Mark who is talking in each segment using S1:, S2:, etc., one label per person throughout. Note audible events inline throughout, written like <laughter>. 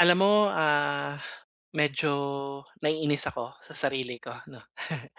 S1: Alam mo, medyo naiinis ako sa sarili ko 'no. <laughs>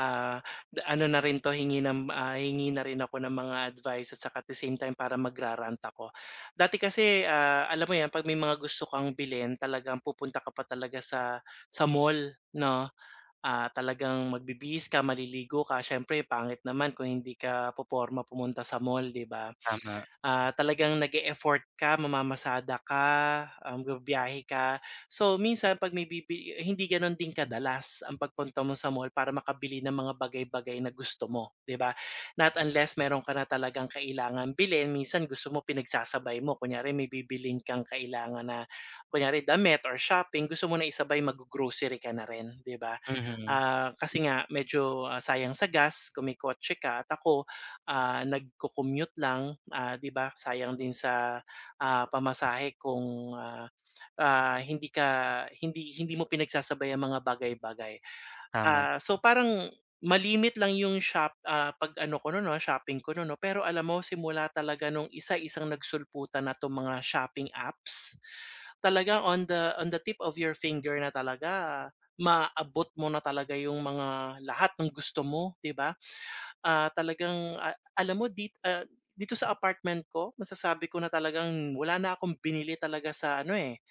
S1: Ah, da ano na rin 'to hingi ng, hingi na rin ako ng mga advice at saka at the same time para magra-rant ako. Dati kasi, alam mo 'yan 'pag may mga gusto kang bilhin talagang pupunta ka pa talaga sa mall 'no, talagang magbibihis ka, maliligo ka, siyempre pangit naman kung hindi ka poporma pumunta sa mall, 'di ba?
S2: Tama,
S1: Talagang nag-e-effort ka, mamamasada ka, bibiyahe ka. So, minsan 'pag may hindi gano'n din kadalas ang pagpunta mo sa mall para makabili ng mga bagay-bagay na gusto mo, 'di ba? Not unless meron ka na talagang kailangan bilhin, minsan gusto mo pinagsasabay mo. Kunyari may bibilhin kang kailangan na kunyari damit or shopping, gusto mo na isabay mag-grocery ka na rin, 'di ba?
S2: mhm,
S1: Kasi nga medyo, sayang sa gas kung may kotse ka at ako, nagco-commute lang, 'di ba sayang din sa, pamasahe kung, hindi ka hindi hindi mo pinagsasabay ang mga bagay-bagay.
S2: tama,
S1: So parang malimit lang yung pag-ano ko nun 'no, shopping ko nun 'no, pero alam mo simula talaga nung isa-isang nagsulputan na 'tong mga shopping apps. Talagang on the tip of your finger na talaga maabot mo na talaga yung mga lahat ng gusto mo, 'di ba? Talagang alam mo dito sa apartment ko masasabi ko na talagang wala na akong binili talaga sa ano, eh,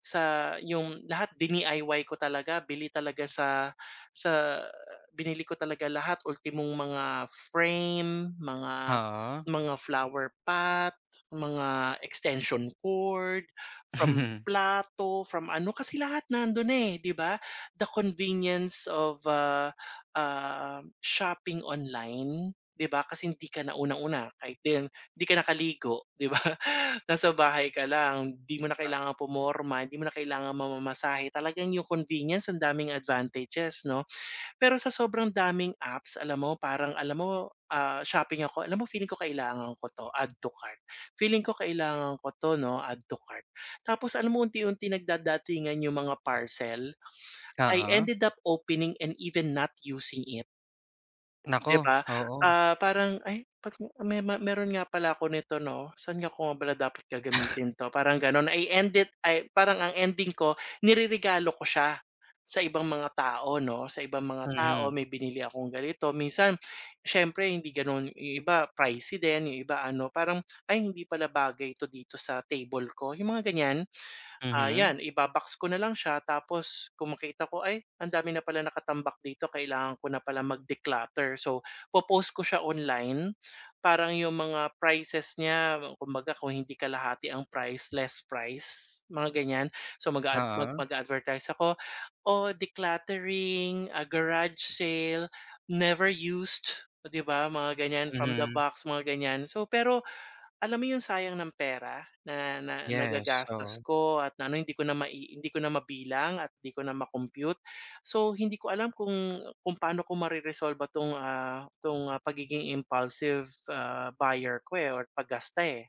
S1: yung lahat dini-IY ko talaga, bili talaga sa sa binili ko talaga lahat, ultimong mga frame,
S2: oo,
S1: mga flower pot, mga extension cord, from
S2: <laughs>
S1: plato, from ano, kasi lahat nandun eh, 'di ba? The convenience of, shopping online, 'di ba? Kasi hindi ka na unang-una kahit din hindi ka nakaligo, 'di ba? Nasa bahay ka lang, 'di mo na kailangang pumorma, di mo na kailangan mamamasahe, talagang yung convenience ang daming advantages 'no. Pero sa sobrang daming apps alam mo parang alam mo, shopping ako, alam mo feeling ko kailangan ko 'to, add to cart. Feeling ko kailangan ko 'to 'no, add to cart. Tapos alam mo unti-unti nagdadatingan yung mga parcel, I
S2: oo,
S1: ended up opening and even not using it.
S2: naku,
S1: 'Di ba?
S2: oo,
S1: Parang, "Ay ba't may meron nga pala ako nito 'no, saan nga ko nga pala dapat gagamitin 'to?" Parang gano'n. I-end it ay parang ang ending ko nireregalo ko siya sa ibang mga tao 'no, sa ibang mga tao.
S2: mhm,
S1: May binili akong ganito, minsan siyempre hindi gano'n, yung iba pricey din, yung iba ano, parang, "Ay hindi pala bagay 'to dito sa table ko." Yung mga ganyan.
S2: mhm,
S1: 'Yan iba ko na lang siya tapos kung makita ko, "Ay ang dami na pala nakatambak dito kailangan ko na pala mag-declutter." So, po ko siya online, parang yung mga prices niya kumbaga kung hindi kalahati ang price, less price, mga ganyan. So, mag-a mag mag
S2: oo,
S1: mag advertise ako, O decluttering, a garage sale, never used." Oh, 'di ba mga ganyan, from the
S2: mhm,
S1: box, mga ganyan. So, pero alam mo yung sayang ng pera na na
S2: yes,
S1: nagagastos
S2: oo.
S1: ko at na ano hindi ko na hindi ko na mabilang at hindi ko na ma-compute. So hindi ko alam kung paano ko mareresolba 'tong, 'tong, pagiging impulsive, buyer ko, eh, or paggasta, eh.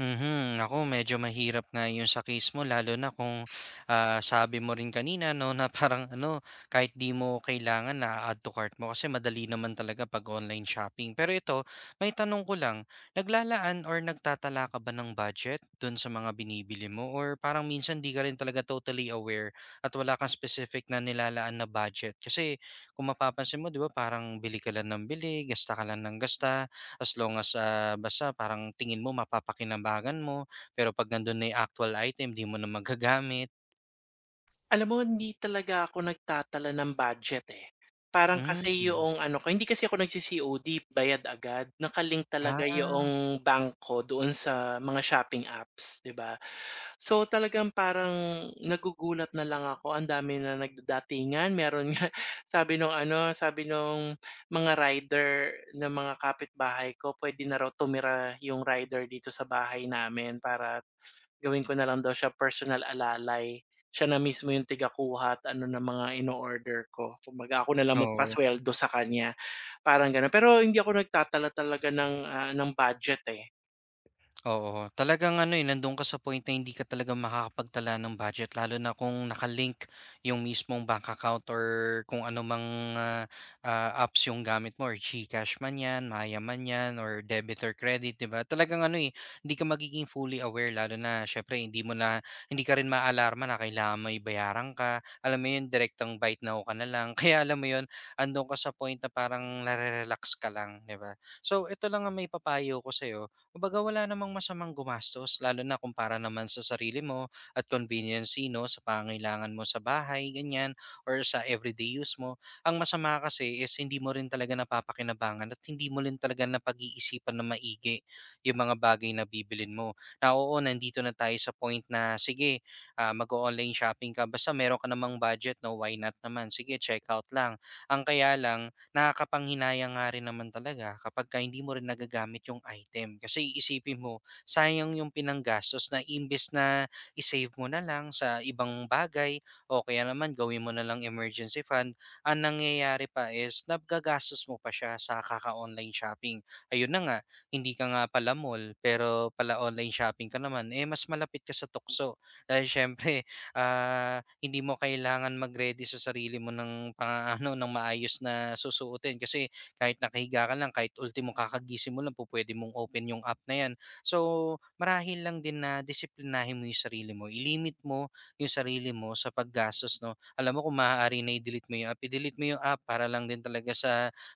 S2: Mhm, ako medyo mahirap nga 'yun sa case mo lalo na kung, sabi mo rin kanina 'no na parang ano, kahit 'di mo kailangan na-a-add to cart mo kasi madali naman talaga 'pag online shopping. Pero ito, maitanong ko lang, naglalaan or nagtatala ka ba ng budget dun sa mga binibili mo or parang minsan 'di ka rin talaga totally aware at wala kang specific na nilalaan na budget? Kasi kung mapapansin mo 'di ba parang bili ka lang ng bili, gasta ka lang ng gasta. As long as, basta parang tingin mo mapapakinabangan mo, pero 'pag nandun na yung actual item 'di mo na magagamit.
S1: Alam mo hindi talaga ako nagtatala ng budget, eh. Parang kasi
S2: Hmm,
S1: yoong ano ko hindi kasi ako nagci-COD bayad agad, naka-link talaga
S2: ah,
S1: yoong bank ko doon sa mga shopping apps, 'di ba? So, talagang parang nagugulat na lang ako, ang dami na nagdadatingan, meron nga <laughs> sabi nung ano, sabi nung mga rider ng mga kapitbahay ko, puwede na raw tumira yung rider dito sa bahay namin para gawin ko na lang daw siya personal alalay. Siya na mismo yung tagakuha at ano na mga ino-order ko. Kumbaga ako na lang
S2: oo.
S1: magpasuweldo sa kanya, parang gano'n. Pero hindi ako nagtatala talaga ng, ng budget, eh.
S2: Oo, talagang ano, eh, nando'n ka sa point na hindi ka talaga makakapagtala ng budget lalo na kung nakalink yung mismong bank account or kung ano mang, ah, apps yung gamit mo or GCash man 'yan, Maya man 'yan or debit or credit, 'di ba? Talagang ano, eh, hindi ka magiging fully aware lalo na syempre hindi ka rin maaalarma na kailangan may bayaran ka. Alam mo 'yun, direktang bite Now ka na lang. <laughs> Kaya alam mo 'yun, ando'n ka sa point na parang nare-relax ka lang, 'di ba? So, ito lang ang may papayo ko sa'yo, kumbaga wala namang masamang gumastos lalo na kumpara naman sa sarili mo at convenience 'no, sa pangangailangan mo sa bahay ganyan or sa everyday use mo. Ang masama kasi is hindi mo rin talaga napapakinabangan at hindi mo rin talaga napag-iisipan na maigi yung mga bagay na bibilin mo. Na oo, nandito na tayo sa point na sige, mag online shopping ka basta meron ka namang budget 'no, why not naman, sige checkout lang. Ang kaya lang nakakapanghinayang nga rin naman talaga kapagka hindi mo rin nagagamit yung item. Kasi iisipin mo, sayang yung pinanggastos na imbes na isave mo na lang sa ibang bagay o kaya naman gawin mo na lang emergency fund, ang nangyayari pa is nagagastos mo pa siya sa kaka-online shopping. Ayun na nga, hindi ka nga pala mall pero pala online shopping ka naman, eh mas malapit ka sa tukso. Dahil syempre, hindi mo kailangan mag-ready sa sarili mo ng pang-aano, <laughs> ng maayos na susuotin kasi kahit nakahiga ka lang, kahit ultimo kakagising mo lang pupuwede mong open yung app na 'yan. So, marahil lang din na disiplinahin mo yung sarili mo, ilimit mo yung sarili mo sa paggastos 'no. Alam mo kung maaari na i-delete mo yung app, i-delete mo yung app para lang din talaga sa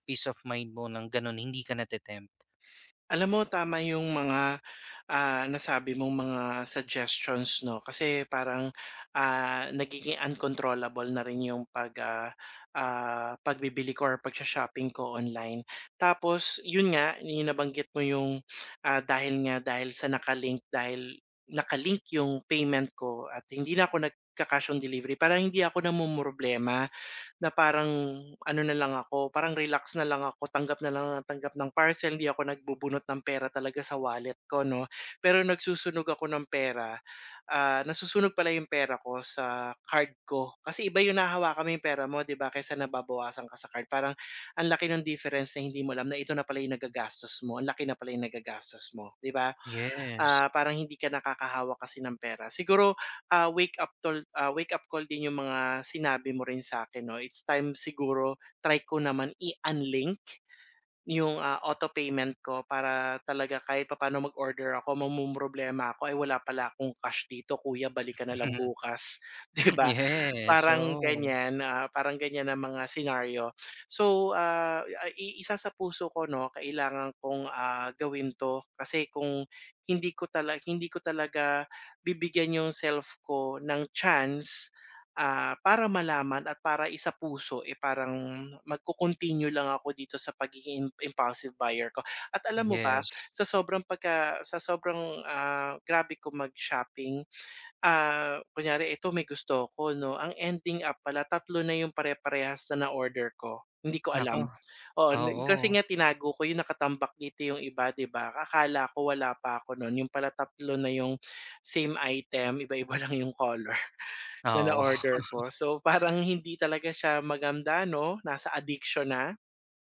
S2: peace of mind mo ng gano'n hindi ka nate-tempt.
S1: Alam mo tama yung mga nasabi mong mga suggestions 'no kasi parang, nagiging uncontrollable na rin yung pag, pagbibili ko or pagsho-shopping ko online. Tapos yun nga, yung nabanggit mo yung, dahil nga dahil sa nakalink dahil nakalink yung payment ko at hindi na ako nagka-cash on delivery parang hindi ako namomroblema. Na parang ano na lang ako, parang relax na lang ako, tanggap na lang ng tanggap ng parcel, hindi ako nagbubunot ng pera talaga sa wallet ko 'no. Pero nagsusunog ako ng pera, nasusunog pala yung pera ko sa card ko. Kasi iba yung nahahawakan mo yung pera mo 'di ba, kaysa nababawasan ka sa card. Parang ang laki ng difference na hindi mo alam na ito na pala yung nagagastos mo, ang laki na pala yung nagagastos mo, 'di ba?
S2: Yes.
S1: Parang hindi ka nakakahawak kasi ng pera. Siguro, wake up call din yung mga sinabi mo rin sa akin. 'No. It's time siguro try ko naman i-unlink yung, auto payment ko para talaga kahit papaano mag-order ako, mamomroblema ako, "Ay wala pala akong cash dito kuya balikan na lang
S2: <laughs>
S1: bukas." <laughs> 'Di ba?
S2: Yes,
S1: Parang
S2: oo.
S1: ganyan, parang ganyan ang mga senaryo. So, iisa sa puso ko 'no, kailangan kong, gawin 'to kasi kung hindi ko talaga bibigyan yung self ko ng chance, para malaman at para isa puso eh, parang magko-continue lang ako dito sa pagiging impulsive buyer ko. At alam mo ba,
S2: Yes.
S1: sa sobrang, grabe ko mag-shopping. Kunyari ito may gusto ko, 'no, ang ending up pala tatlo na yung pare-parehas na na-order ko, hindi ko
S2: Naku,
S1: alam. Oo, kasi
S2: oo.
S1: nga tinago ko yung nakatambak dito yung iba 'di ba, akala ko wala pa ako nun, yung pala tatlo na yung same item, iba-iba <laughs> lang yung color <laughs> na
S2: Oo.
S1: na-order
S2: <laughs>
S1: ko. So, parang hindi talaga siya maganda 'no, nasa addiction na.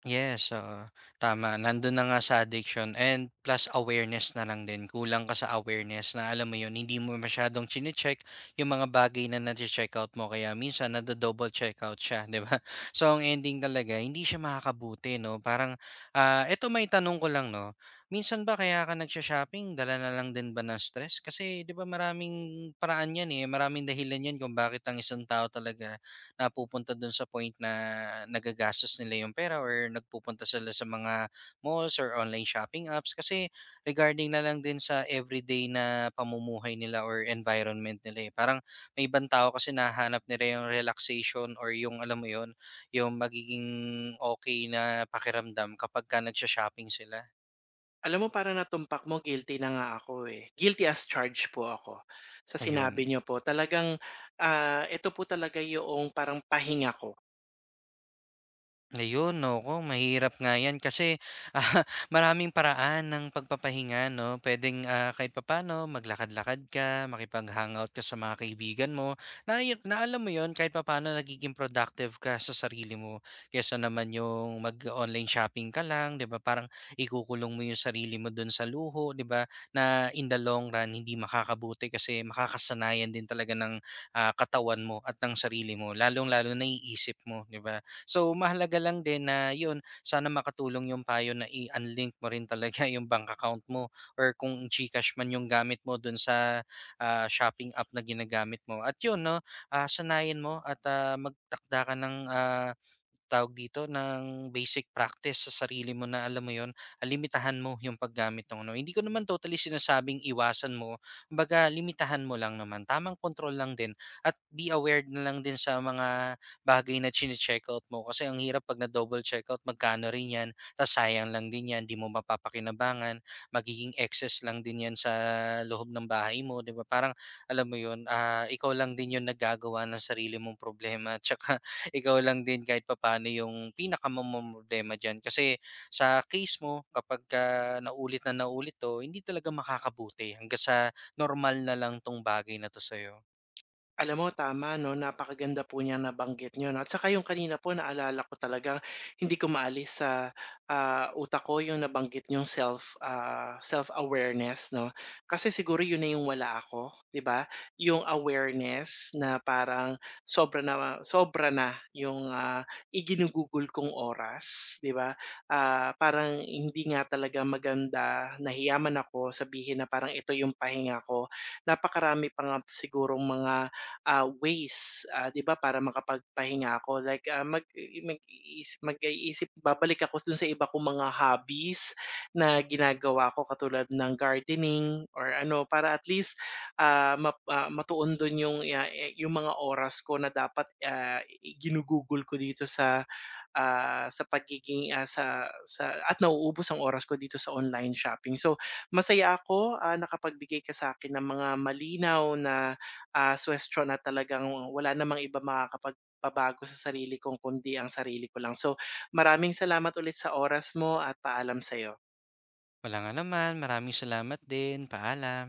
S2: Yes, oo, tama. Nandun na nga sa addiction and plus awareness na lang din. Kulang ka sa awareness na alam mo yun, hindi mo masyadong chine-check yung mga bagay na nache-check out mo kaya minsan nado-double check out siya, 'di ba? <laughs> So ang ending talaga hindi siya makakabuti 'no. Parang, eto may tanong ko lang 'no, minsan ba kaya ka nagsho-shopping dala na lang din ba ng stress? Kasi 'di ba maraming paraan 'yan, eh, maraming dahilan 'yan kung bakit ang isang tao talaga napupunta dun sa point na nagagastos nila yung pera or nagpupunta sila sa mga malls or online shopping apps. Kasi regarding na lang din sa everyday na pamumuhay nila or environment nila, eh. Parang may ibang tao kasi nahanap nila yung relaxation or yung alam mo yun, yung magiging okay na pakiramdam kapagka nagsho-shopping sila,
S1: Alam mo parang natumpak mo, guilty na nga ako, eh. Guilty as charged po ako sa sinabi
S2: ayun.
S1: niyo po. Talagang, ito po talaga yung parang pahinga ko.
S2: Ayun, naku, mahirap nga 'yan kasi, <laughs> maraming paraan ng pagpapahinga 'no. Puwedeng, kahit papaano maglakad-lakad ka, makipag-hangout ka sa mga kaibigan mo na na alam mo yon, kahit papaano nagiging productive ka sa sarili mo. Kaysa naman yung mag-online shopping ka lang, 'di ba, parang ikukulong mo yung sarili mo do'n sa luho, 'di ba, na in the long run hindi makakabuti kasi makakasanayan din talaga ng, katawan mo at ng sarili mo, lalong-lalo na iisip mo, 'di ba? So mahalaga lang din na 'yun, sana makatulong yung payo na i-unlink mo rin talaga <laughs> yung bank account mo or kung GCash man yung gamit mo dun sa, shopping app na ginagamit mo. At 'yun 'no, sanayin mo at, magtakda ka ng, tawag dito, ng basic practice sa sarili mo na alam mo yon, limitahan mo 'yung paggamit ng ano. Hindi ko naman totally sinasabing iwasan mo, kumbaga limitahan mo lang naman, tamang control lang din at be aware na lang din sa mga bagay na chine check out mo kasi ang hirap 'pag na-double check out magkano rin 'yan, ta's sayang lang din 'yan, 'di mo mapapakinabangan, magiging excess lang din 'yan sa loob ng bahay mo, 'di ba? Parang alam mo 'yun, ikaw lang din 'yung naggagawa ng sarili mong problema at tsaka ikaw lang din kahit papaano yung pinakamomroblema diyan. Kasi sa case mo kapagka naulit na naulit 'to, hindi talaga makakabuti hangga't sa normal na lang 'tong bagay na 'to sa'yo.
S1: Alam mo tama 'no, napakaganda po niyang nabanggit niyo 'no, at saka yung kanina po naalala ko talagang hindi ko maalis sa, utak ko yung nabanggit yung self, self-awareness 'no. Kasi siguro yun na yung wala ako, 'di ba? Yung awareness na parang sobra na yung, iginugugol kong oras, 'di ba? Parang hindi nga talaga maganda, nahiya man ako sabihin na parang ito yung pahinga ko. Napakarami pa nga sigurong mga ways, 'di ba, para makapagpahinga ako like, mag-iisip babalik ako dun sa iba kong mga hobbies na ginagawa ko katulad ng gardening or ano para at least, matuon dun yung, yung mga oras ko na dapat, ah, i ginugugol ko dito sa sa pagiging, sa at nauubos ang oras ko dito sa online shopping. So, masaya ako, nakapagbigay ka sa akin ng mga malinaw na, suwestiyon na talagang wala namang iba makakapagpabago sa sarili ko kundi ang sarili ko lang. So, maraming salamat ulit sa oras mo at paalam sa'yo.
S2: Walang naman, maraming salamat din. Paalam.